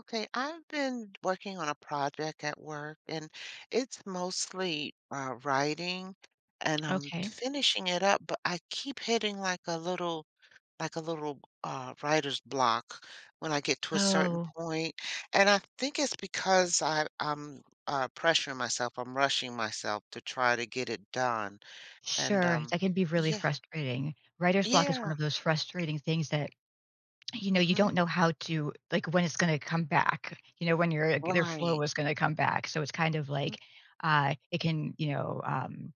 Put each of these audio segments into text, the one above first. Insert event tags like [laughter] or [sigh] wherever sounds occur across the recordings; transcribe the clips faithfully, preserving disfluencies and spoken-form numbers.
Okay, I've been working on a project at work and it's mostly uh, writing, and I'm Okay. finishing it up, but I keep hitting like a little like a little uh, writer's block when I get to a certain Oh, point. And I think it's because I, I'm uh, pressuring myself, I'm rushing myself to try to get it done. And sure. um, That can be really yeah, frustrating. Writer's block is one yeah, of those frustrating things that, you know, you mm-hmm, don't know how to, like, when it's going to come back, you know, when your, their flow right. is going to come back. So it's kind of Mm, like, uh, it can, you know, um,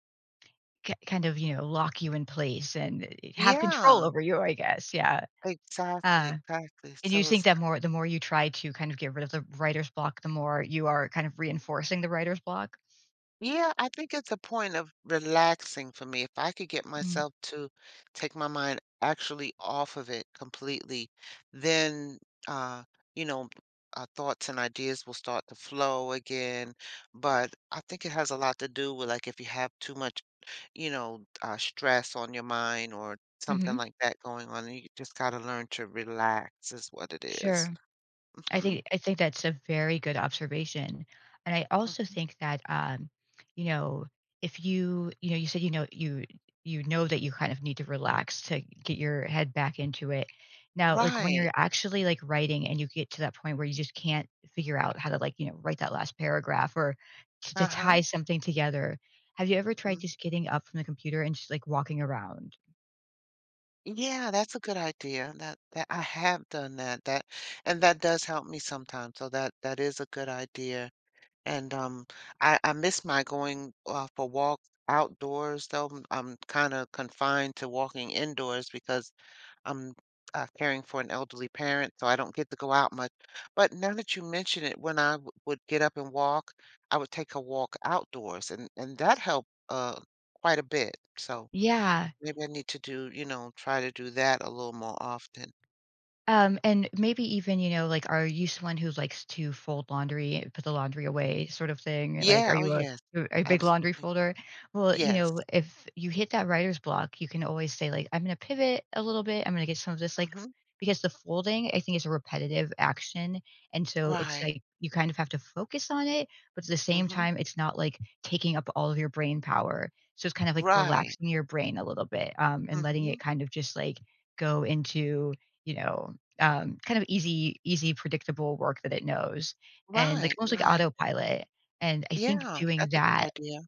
ki kind of, you know, lock you in place and uh, have control yeah, over you, I guess. Yeah. exactly, Uh, exactly. and you So think that more, the more you try to kind of get rid of the writer's block, the more you are kind of reinforcing the writer's block. yeah, I think it's a point of relaxing for me. If I could get Mm, myself to take my mind actually off of it completely, then uh, you know, uh, thoughts and ideas will start to flow again. But I think it has a lot to do with like if you have too much, you know, uh, stress on your mind or something mm-hmm. like that going on, you just got to learn to relax is what it Sure. is. I Mm-hmm. think I think that's a very good observation, and I also Mm. think that, um, you know, if you you know, you said, you know, you you know that you kind of need to relax to get your head back into it. Now, like, when Right. you're actually, like, writing and you get to that point where you just can't figure out how to, like, you know, write that last paragraph or to to Uh-huh. tie something together, have you ever tried just getting up from the computer and just, like, walking around? Yeah, that's a good idea. That that I have done that. That and that does help me sometimes. So that that is a good idea. And um I I miss my going uh, for walks outdoors though. I'm, I'm kind of confined to walking indoors because I'm uh, caring for an elderly parent, so I don't get to go out much. But now that you mention it, when I w would get up and walk, I would take a walk outdoors and and that helped uh quite a bit. So Yeah. maybe I need to do, you know, try to do that a little more often. Um, and maybe even, you know, like, are you someone who likes to fold laundry and put the laundry away sort of thing? Like, are Yeah, oh you a yes, a big laundry absolutely. folder? Well, you Yes. know, if you hit that writer's block, you can always say, like, I'm gonna pivot a little bit. I'm gonna get some of this, like f- Mhm. because the folding, I think, is a repetitive action. And so it's Right. like you kind of have to focus on it, but at the same Mhm. time, it's not like taking up all of your brain power. So it's kind of like Right. relaxing your brain a little bit, um, and letting it Mhm. kind of just like go into, you know, um, kind of easy easy predictable work that it knows and like Right, almost like right. autopilot. And I think Yeah, doing that's a good that, idea.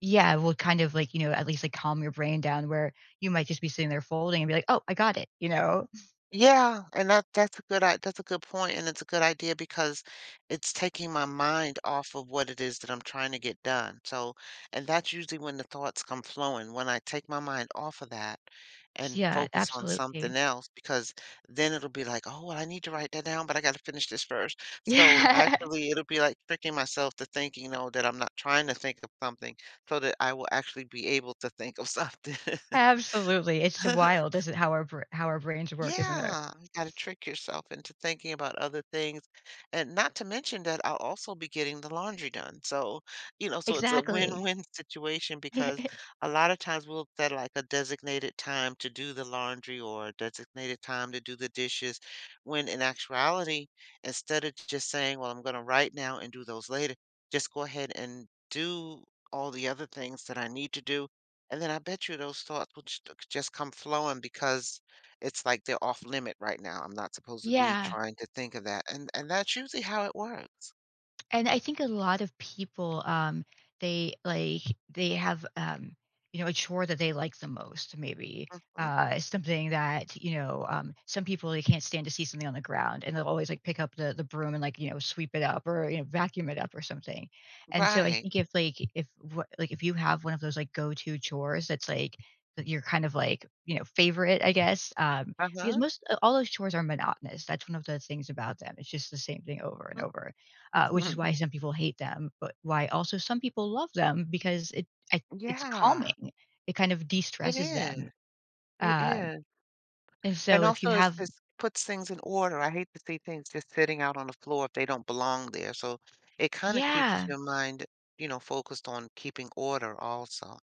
yeah, will kind of like, you know, at least like calm your brain down where you might just be sitting there folding and be like, oh, I got it, you know? Yeah, and that that's a good i that's a good point, and it's a good idea because it's taking my mind off of what it is that I'm trying to get done. So, and that's usually when the thoughts come flowing, when I take my mind off of that and Yeah, focus on absolutely. something [laughs] else, because then it'll be like, oh, well, I need to write that down, but I got to finish this first. So Yeah, actually, it'll be like tricking myself to thinking, you know, that I'm not trying to think of something so that I will actually be able to think of something. absolutely. It's [laughs] wild, isn't it, how our br- how our brains work, isn't it? Yeah, you gotta trick yourself into thinking about other things, and not to mention that I'll also be getting the laundry done, so, you know, so it's a Exactly. win-win situation because [laughs] a lot of times we'll set, like, a designated time to do the laundry or a designated time to do the dishes, when in actuality, instead of just saying, "Well, I'm gonna right now and do those later," just go ahead and do all the other things that I need to do, and then I bet you those thoughts will just just come flowing because it's like they're off limit right now. I'm not supposed to be Yeah, trying to think of that, and and that's usually how it works. and I think a lot of people, um, they like they have, um, you know, a chore that they like the most. Maybe Mhm. uh, something that you know, um, some people they can't stand to see something on the ground, and they'll always like pick up the the broom and like you know sweep it up or you know vacuum it up or something. And so I Right. think if like if wh- like if you have one of those like go to chores that's like that are kind of like you know favorite, I guess, um, because Uh-huh. most uh, all those chores are monotonous. That's one of the things about them. It's just the same thing over and Mm. over uh, which is Mhm. [laughs] why some people hate them, but why also some people love them because it I, it's Yeah. calming. It kind of de It stresses them. is. It Uh, is. and so And if you also it's have, it's puts things in order. I hate to see things just sitting out on the floor if they don't belong there. So it kinda keeps yeah, your mind, you know, focused on keeping order also.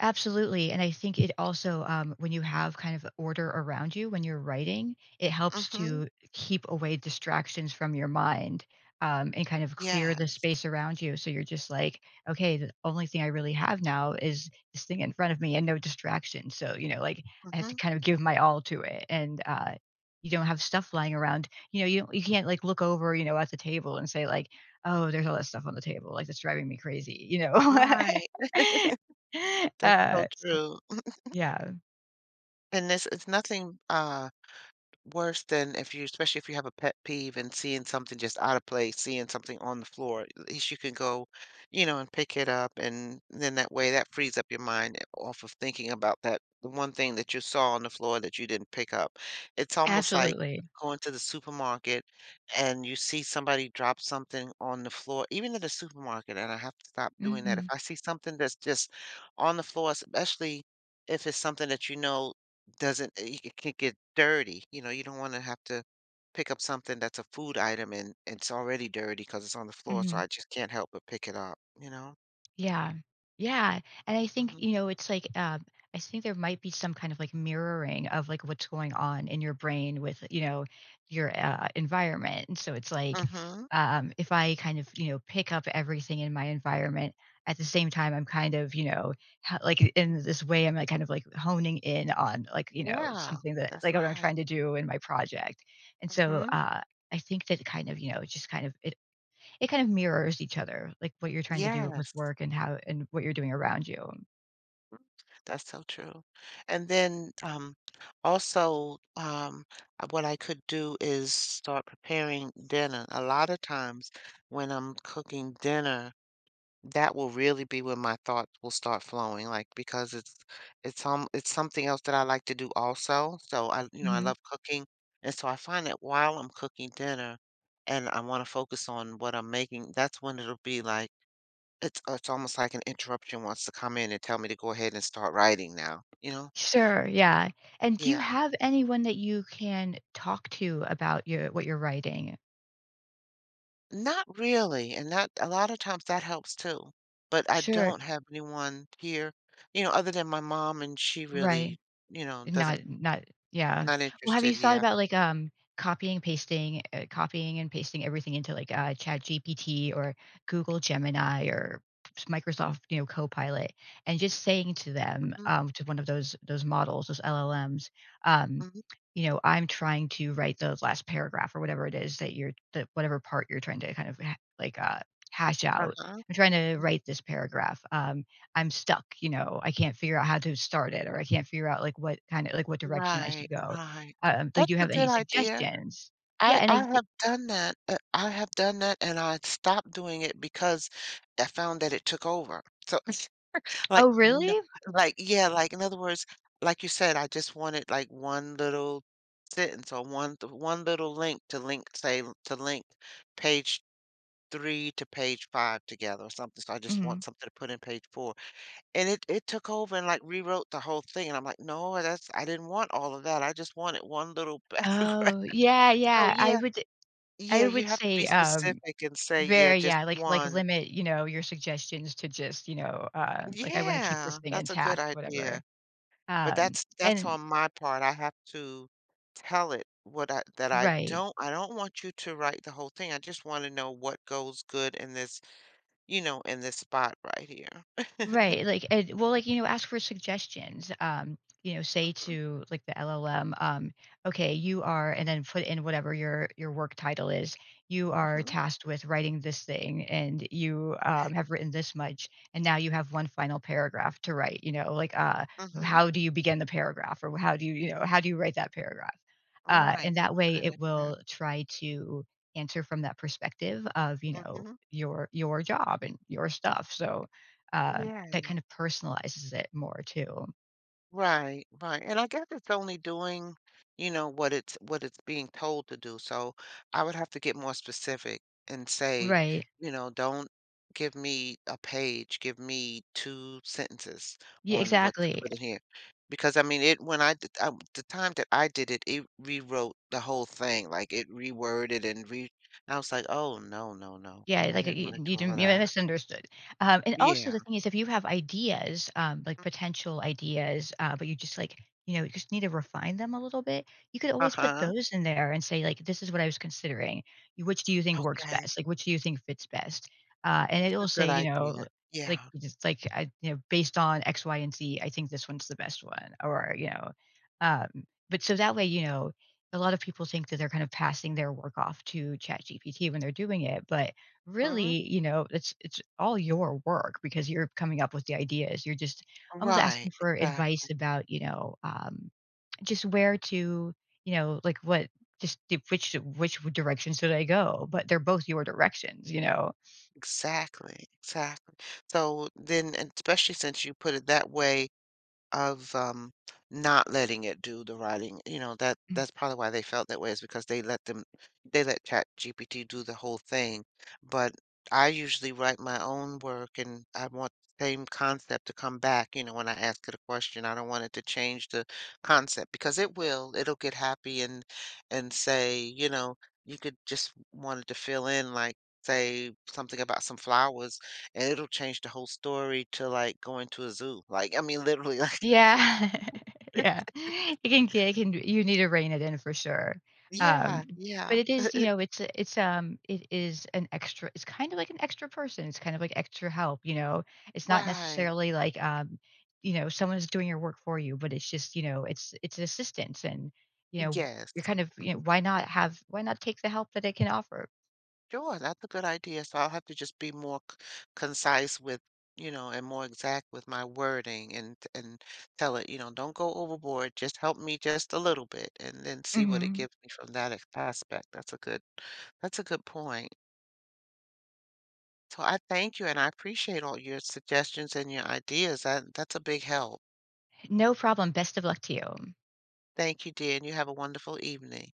absolutely. And I think it also, um, when you have kind of order around you when you're writing, it helps Mhm. to keep away distractions from your mind um, and kind of clear the Yes. space around you. So you're just like, okay, the only thing I really have now is this thing in front of me and no distraction. So, you know, like I have to Mhm. kind of give my all to it. And uh, you don't have stuff lying around. You know, you, don't, you can't like look over, you know, at the table and say, like, oh, there's all that stuff on the table. Like, that's driving me crazy, you know? Right. [laughs] [laughs] [laughs] That's so Uh, true. yeah, And this is nothing, uh Worse than if you especially if you have a pet peeve and seeing something just out of place, seeing something on the floor, at least you can go, you know, and pick it up, and then that way, that frees up your mind off of thinking about that the one thing that you saw on the floor that you didn't pick up. It's almost like absolutely. going to the supermarket and you see somebody drop something on the floor, even in the supermarket, and I have to stop doing that. If Mhm, I see something that's just on the floor, especially if it's something that you know doesn't it it can get dirty, you know, you don't wanna have to pick up something that's a food item and it's already dirty because it's on the floor, so mhm. I just can't help but pick it up, you know? Yeah. Yeah. And I think, Mhm. you know, it's like, um, I think there might be some kind of like mirroring of like what's going on in your brain with, you know, your uh, environment. And so it's like, Mhm. um, if I kind of, you know, pick up everything in my environment at the same time, I'm kind of, you know, ha- like in this way, I'm like kind of like honing in on like, you know, Yeah. something that That's like what I'm right. trying to do in my project. And so, Mhm. uh, I think that kind of, you know, it's just kind of, it kind of mirrors each other, like what you're trying to do with Yes. work and how and what you're doing around you. That's so true. And then, um, also, um, uh, what I could do is start preparing dinner. A lot of times when I'm cooking dinner that will really be when my thoughts will start flowing, like, because it's it's, um it's something else that I like to do also, so I you know, I Mhm. love cooking, and so I find that while I'm cooking dinner and I wanna focus on what I'm making, that's when it'll be like it's it's almost like an interruption wants to come in and tell me to go ahead and start writing now, you know? Sure, yeah. And do you Yeah. have anyone that you can talk to about your what you're writing? Not really, and that a lot of times that helps too, but I Sure, don't have anyone here, you know, other than my mom, and she right. really, you know, doesn't. Not not yeah. Not Well, have interested, you thought yeah. about, like, um, copying, pasting, uh, copying and pasting everything into, like, uh, Chat G P T or Google Gemini or s Microsoft, you know, Copilot, and just saying to them, Mhm, um, to one of those those models, those L L Ms, um, mhm, you know, "I'm trying to write the last paragraph," or whatever it is that you're that whatever part you're trying to kind of ha like, uh, hash out. uh-huh. "I'm trying to write this paragraph, um, I'm stuck, you know, I can't figure out how to start it or I can't figure out like what kind of like what direction I Right, should go. right. Um, like, do That's you a have any good idea. suggestions? Yeah, I and I I think have done that, uh, I have done that, and I stopped doing it because I found that it took over. So, [laughs] like, Oh, no really? like, yeah, like, in other words, like you said, I just wanted, like, one little sentence or one th one little link to link, say, l- to link page three to page five together or something, so I just Mhm. want something to put in page four. And it it took over and, like, rewrote the whole thing, and I'm like, "No, that's I didn't want all of that, I just wanted one little [laughs] paragraph." Oh, yeah, So, yeah. I yeah, would yeah, I you would have to say be um specific and say, "Yeah, very just yeah, like like one." limit, you know, your suggestions to just, you know, um like I want to keep this Yeah, thing that's a good intact, whatever. idea, but Um that's that's and on my part, I have to tell it what I that I right. don't I don't want you to write the whole thing, I just wanna know what goes good in this, you know, in this spot right here. Right, like, and well, like, you know, ask for suggestions, um, you know, say Mhm, to, like, the L L M, um, "Okay, you are" and then put in whatever your your work title is, "You are mhm, tasked with writing this thing, and you, um, okay, have written this much, and now you have one final paragraph to write," you know, like, uh, mhm, "How do you begin the paragraph?" Or, "How do you" you know, "How do you write that paragraph?" Uh, right, and that that's a way, it good idea, will try to answer from that perspective of, you know, mhm, your your job and your stuff, so, uh yeah. that kind of personalizes it more too. Right, right. And I guess it's only doing, you know, what it's what it's being told to do. So I would have to get more specific and say, Right. you know, don't give me a page, give me two sentences Yeah, on what to exactly. put in here. Because I mean, it when I did I, the time that I did it, it rewrote the whole thing. Like it reworded and re I was like, "Oh, no, no, no. Yeah, I like, uh, didn't you want to you do all didn't of you that." misunderstood. Um, and also Yeah. the thing is if you have ideas, um, like potential ideas, uh, but you just, like, you know, you just need to refine them a little bit, you could always put Uh-huh. those in there and say, like, "This is what I was considering. You which do you think works Okay. best? Like, which do you think fits best?" Uh, and That's it'll a say, good you know, idea. like, Yeah. you just like, I you know, "Based on X, Y, and Z, I think this one's the best one," or, you know, um, but so that way, you know, a lot of people think that they're kind of passing their work off to ChatGPT when they're doing it, but Hmm. really, you know, it's it's all your work because you're coming up with the ideas. You're just almost asking Right, for advice exactly, about, you know, um, just where to, you know, like what, just the- which which direction should I go? But they're both your directions, you know. exactly, exactly. So then, and especially since you put it that way, of, um, not letting it do the writing, you know, that that's probably why they felt that way is because they let them they let ChatGPT do the whole thing. But I usually write my own work and I want the same concept to come back, you know, when I ask it a question. I don't want it to change the concept because it will. It'll get happy and and say, you know, you could just wanted to fill in like say something about some flowers and it'll change the whole story to like going to a zoo. Like I mean literally. [laughs] Yeah. [laughs] Yeah. It can get it can you need to rein it in for sure. Um, Yeah, but yeah, it is, you know, it's a it's, um it is an extra it's kind of like an extra person, it's kind of like extra help, you know? It's not right. necessarily like, um, you know, someone is doing your work for you, but it's just, you know, it's it's an assistance and, you know, Yes. you're kind of, you know, Mhm. why not have why not take the help that it can offer? Sure, that's a good idea. So I'll have to just be more c- concise with, you know, and more exact with my wording and and tell it, you know, don't go overboard, just help me just a little bit and then see what it Mhm. gives me from that ex- aspect. That's a good that's a good point. So I thank you and I appreciate all your suggestions and your ideas. That that's a big help. No problem, best of luck to you. Thank you, dear, and you have a wonderful evening.